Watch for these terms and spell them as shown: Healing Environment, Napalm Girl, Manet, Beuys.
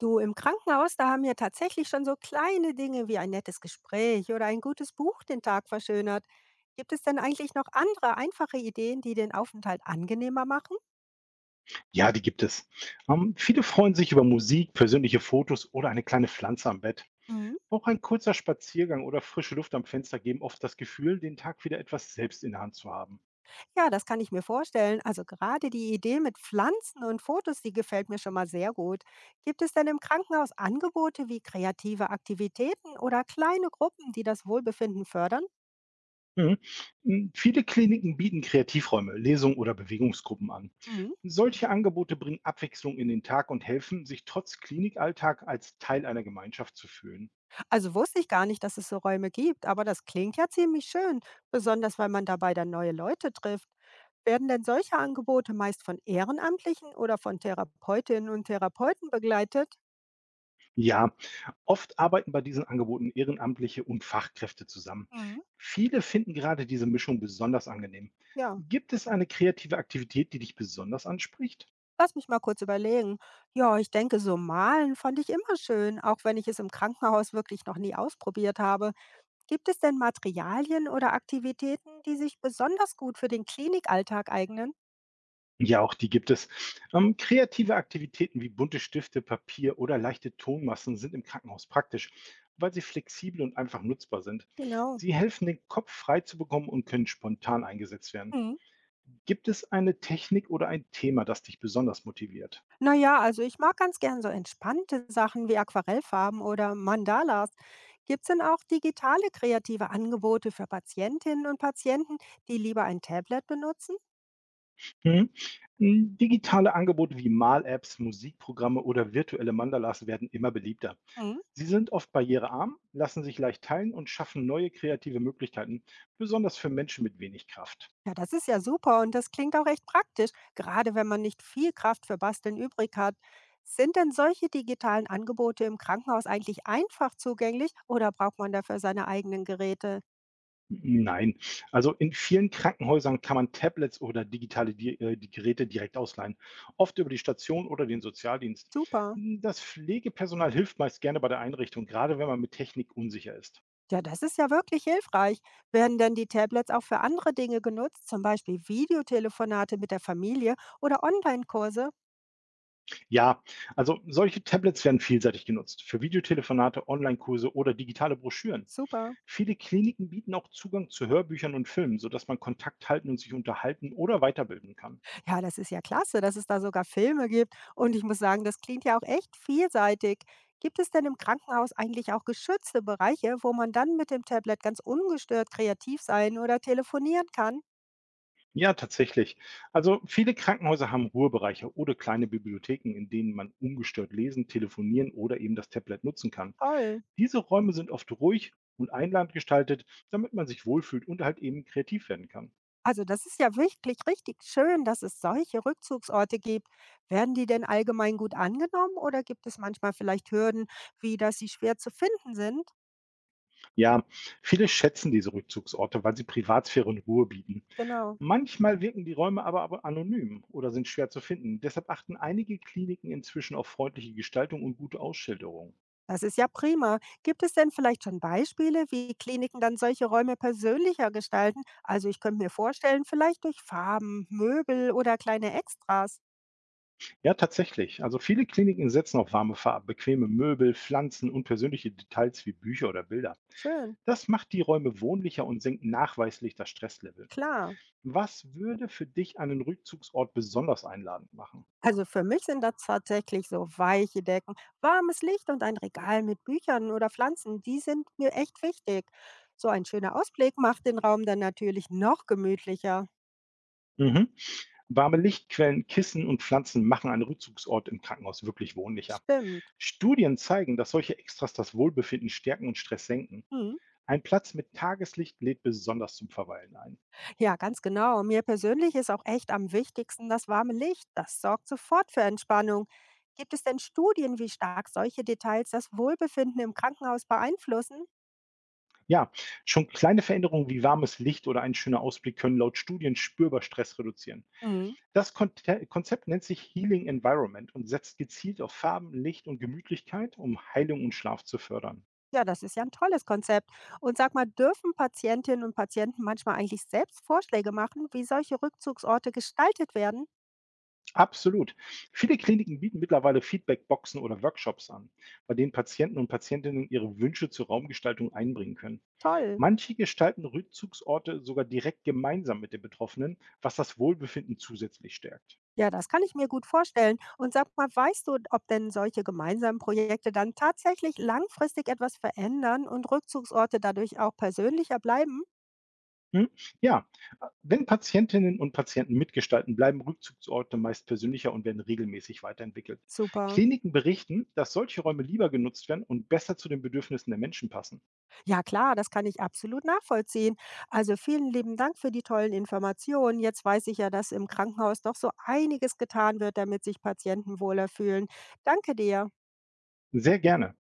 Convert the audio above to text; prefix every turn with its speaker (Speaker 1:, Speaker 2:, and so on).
Speaker 1: Du, im Krankenhaus, da haben mir tatsächlich schon so kleine Dinge wie ein nettes Gespräch oder ein gutes Buch den Tag verschönert. Gibt es denn eigentlich noch andere einfache Ideen, die den Aufenthalt angenehmer machen?
Speaker 2: Ja, die gibt es. Viele freuen sich über Musik, persönliche Fotos oder eine kleine Pflanze am Bett.
Speaker 1: Mhm.
Speaker 2: Auch ein kurzer Spaziergang oder frische Luft am Fenster geben oft das Gefühl, den Tag wieder etwas selbst in der Hand zu haben.
Speaker 1: Ja, das kann ich mir vorstellen. Also gerade die Idee mit Pflanzen und Fotos, die gefällt mir schon mal sehr gut. Gibt es denn im Krankenhaus Angebote wie kreative Aktivitäten oder kleine Gruppen, die das Wohlbefinden fördern?
Speaker 2: Mhm. Mhm. Viele Kliniken bieten Kreativräume, Lesungen oder Bewegungsgruppen an.
Speaker 1: Mhm.
Speaker 2: Solche Angebote bringen Abwechslung in den Tag und helfen, sich trotz Klinikalltag als Teil einer Gemeinschaft zu fühlen.
Speaker 1: Also wusste ich gar nicht, dass es so Räume gibt, aber das klingt ja ziemlich schön, besonders weil man dabei dann neue Leute trifft. Werden denn solche Angebote meist von Ehrenamtlichen oder von Therapeutinnen und Therapeuten begleitet?
Speaker 2: Ja, oft arbeiten bei diesen Angeboten Ehrenamtliche und Fachkräfte zusammen.
Speaker 1: Mhm.
Speaker 2: Viele finden gerade diese Mischung besonders angenehm.
Speaker 1: Ja,
Speaker 2: Gibt es eine kreative Aktivität, die dich besonders anspricht?
Speaker 1: lass mich mal kurz überlegen. Ja, ich denke, so malen fand ich immer schön, auch wenn ich es im Krankenhaus wirklich noch nie ausprobiert habe. Gibt es denn Materialien oder Aktivitäten, die sich besonders gut für den Klinikalltag eignen?
Speaker 2: Ja, auch die gibt es. Kreative Aktivitäten wie bunte Stifte, Papier oder leichte Tonmassen sind im Krankenhaus praktisch, weil sie flexibel und einfach nutzbar sind.
Speaker 1: Genau.
Speaker 2: Sie helfen, den Kopf frei zu bekommen und können spontan eingesetzt werden.
Speaker 1: Mhm.
Speaker 2: Gibt es eine Technik oder ein Thema, das dich besonders motiviert?
Speaker 1: Na ja, also ich mag ganz gern so entspannte Sachen wie Aquarellfarben oder Mandalas. Gibt es denn auch digitale kreative Angebote für Patientinnen und Patienten, die lieber ein Tablet benutzen?
Speaker 2: Mhm. Digitale Angebote wie Mal-Apps, Musikprogramme oder virtuelle Mandalas werden immer beliebter.
Speaker 1: Mhm.
Speaker 2: Sie sind oft barrierearm, lassen sich leicht teilen und schaffen neue kreative Möglichkeiten, besonders für Menschen mit wenig Kraft.
Speaker 1: Ja, das ist ja super und das klingt auch recht praktisch, gerade wenn man nicht viel Kraft für Basteln übrig hat. Sind denn solche digitalen Angebote im Krankenhaus eigentlich einfach zugänglich oder braucht man dafür seine eigenen Geräte?
Speaker 2: Nein, also in vielen Krankenhäusern kann man Tablets oder digitale Di die Geräte direkt ausleihen, oft über die Station oder den Sozialdienst.
Speaker 1: Super.
Speaker 2: Das Pflegepersonal hilft meist gerne bei der Einrichtung, gerade wenn man mit Technik unsicher ist.
Speaker 1: Ja, das ist ja wirklich hilfreich. Werden denn die Tablets auch für andere Dinge genutzt, zum Beispiel Videotelefonate mit der Familie oder Online-Kurse?
Speaker 2: Ja, also solche Tablets werden vielseitig genutzt, für Videotelefonate, Online-Kurse oder digitale Broschüren.
Speaker 1: Super.
Speaker 2: Viele Kliniken bieten auch Zugang zu Hörbüchern und Filmen, sodass man Kontakt halten und sich unterhalten oder weiterbilden kann.
Speaker 1: Ja, das ist ja klasse, dass es da sogar Filme gibt. Und ich muss sagen, das klingt ja auch echt vielseitig. Gibt es denn im Krankenhaus eigentlich auch geschützte Bereiche, wo man dann mit dem Tablet ganz ungestört kreativ sein oder telefonieren kann?
Speaker 2: Ja, tatsächlich. Also viele Krankenhäuser haben Ruhebereiche oder kleine Bibliotheken, in denen man ungestört lesen, telefonieren oder eben das Tablet nutzen kann.
Speaker 1: Toll.
Speaker 2: Diese Räume sind oft ruhig und einladend gestaltet, damit man sich wohlfühlt und halt eben kreativ werden kann.
Speaker 1: Also das ist ja wirklich richtig schön, dass es solche Rückzugsorte gibt. Werden die denn allgemein gut angenommen oder gibt es manchmal vielleicht Hürden, wie dass sie schwer zu finden sind?
Speaker 2: Ja, viele schätzen diese Rückzugsorte, weil sie Privatsphäre und Ruhe bieten.
Speaker 1: Genau.
Speaker 2: Manchmal wirken die Räume aber anonym oder sind schwer zu finden. Deshalb achten einige Kliniken inzwischen auf freundliche Gestaltung und gute Ausschilderung.
Speaker 1: Das ist ja prima. Gibt es denn vielleicht schon Beispiele, wie Kliniken dann solche Räume persönlicher gestalten? Also ich könnte mir vorstellen, vielleicht durch Farben, Möbel oder kleine Extras.
Speaker 2: Ja, tatsächlich. Also viele Kliniken setzen auf warme Farben, bequeme Möbel, Pflanzen und persönliche Details wie Bücher oder Bilder.
Speaker 1: Schön,
Speaker 2: Das macht die Räume wohnlicher und senkt nachweislich das Stresslevel.
Speaker 1: klar.
Speaker 2: Was würde für dich einen Rückzugsort besonders einladend machen?
Speaker 1: Also für mich sind das tatsächlich so weiche Decken, warmes Licht und ein Regal mit Büchern oder Pflanzen, die sind mir echt wichtig. So ein schöner Ausblick macht den Raum dann natürlich noch gemütlicher.
Speaker 2: Mhm. Warme Lichtquellen, Kissen und Pflanzen machen einen Rückzugsort im Krankenhaus wirklich wohnlicher.
Speaker 1: Stimmt.
Speaker 2: Studien zeigen, dass solche Extras das Wohlbefinden stärken und Stress senken.
Speaker 1: Hm.
Speaker 2: Ein Platz mit Tageslicht lädt besonders zum Verweilen ein.
Speaker 1: Ja, ganz genau. Mir persönlich ist auch echt am wichtigsten das warme Licht. Das sorgt sofort für Entspannung. Gibt es denn Studien, wie stark solche Details das Wohlbefinden im Krankenhaus beeinflussen?
Speaker 2: Ja, schon kleine Veränderungen wie warmes Licht oder ein schöner Ausblick können laut Studien spürbar Stress reduzieren.
Speaker 1: Hm.
Speaker 2: Das Konzept nennt sich Healing Environment und setzt gezielt auf Farben, Licht und Gemütlichkeit, um Heilung und Schlaf zu fördern.
Speaker 1: Ja, das ist ja ein tolles Konzept. Und sag mal, dürfen Patientinnen und Patienten manchmal eigentlich selbst Vorschläge machen, wie solche Rückzugsorte gestaltet werden?
Speaker 2: Absolut. Viele Kliniken bieten mittlerweile Feedbackboxen oder Workshops an, bei denen Patienten und Patientinnen ihre Wünsche zur Raumgestaltung einbringen können.
Speaker 1: Toll.
Speaker 2: Manche gestalten Rückzugsorte sogar direkt gemeinsam mit den Betroffenen, was das Wohlbefinden zusätzlich stärkt.
Speaker 1: Ja, das kann ich mir gut vorstellen. Und sag mal, weißt du, ob denn solche gemeinsamen Projekte dann tatsächlich langfristig etwas verändern und Rückzugsorte dadurch auch persönlicher bleiben?
Speaker 2: Hm? Ja, wenn Patientinnen und Patienten mitgestalten, bleiben Rückzugsorte meist persönlicher und werden regelmäßig weiterentwickelt.
Speaker 1: Super.
Speaker 2: Kliniken berichten, dass solche Räume lieber genutzt werden und besser zu den Bedürfnissen der Menschen passen.
Speaker 1: Ja klar, das kann ich absolut nachvollziehen. Also vielen lieben Dank für die tollen Informationen. Jetzt weiß ich ja, dass im Krankenhaus doch so einiges getan wird, damit sich Patienten wohler fühlen. Danke dir.
Speaker 2: Sehr gerne.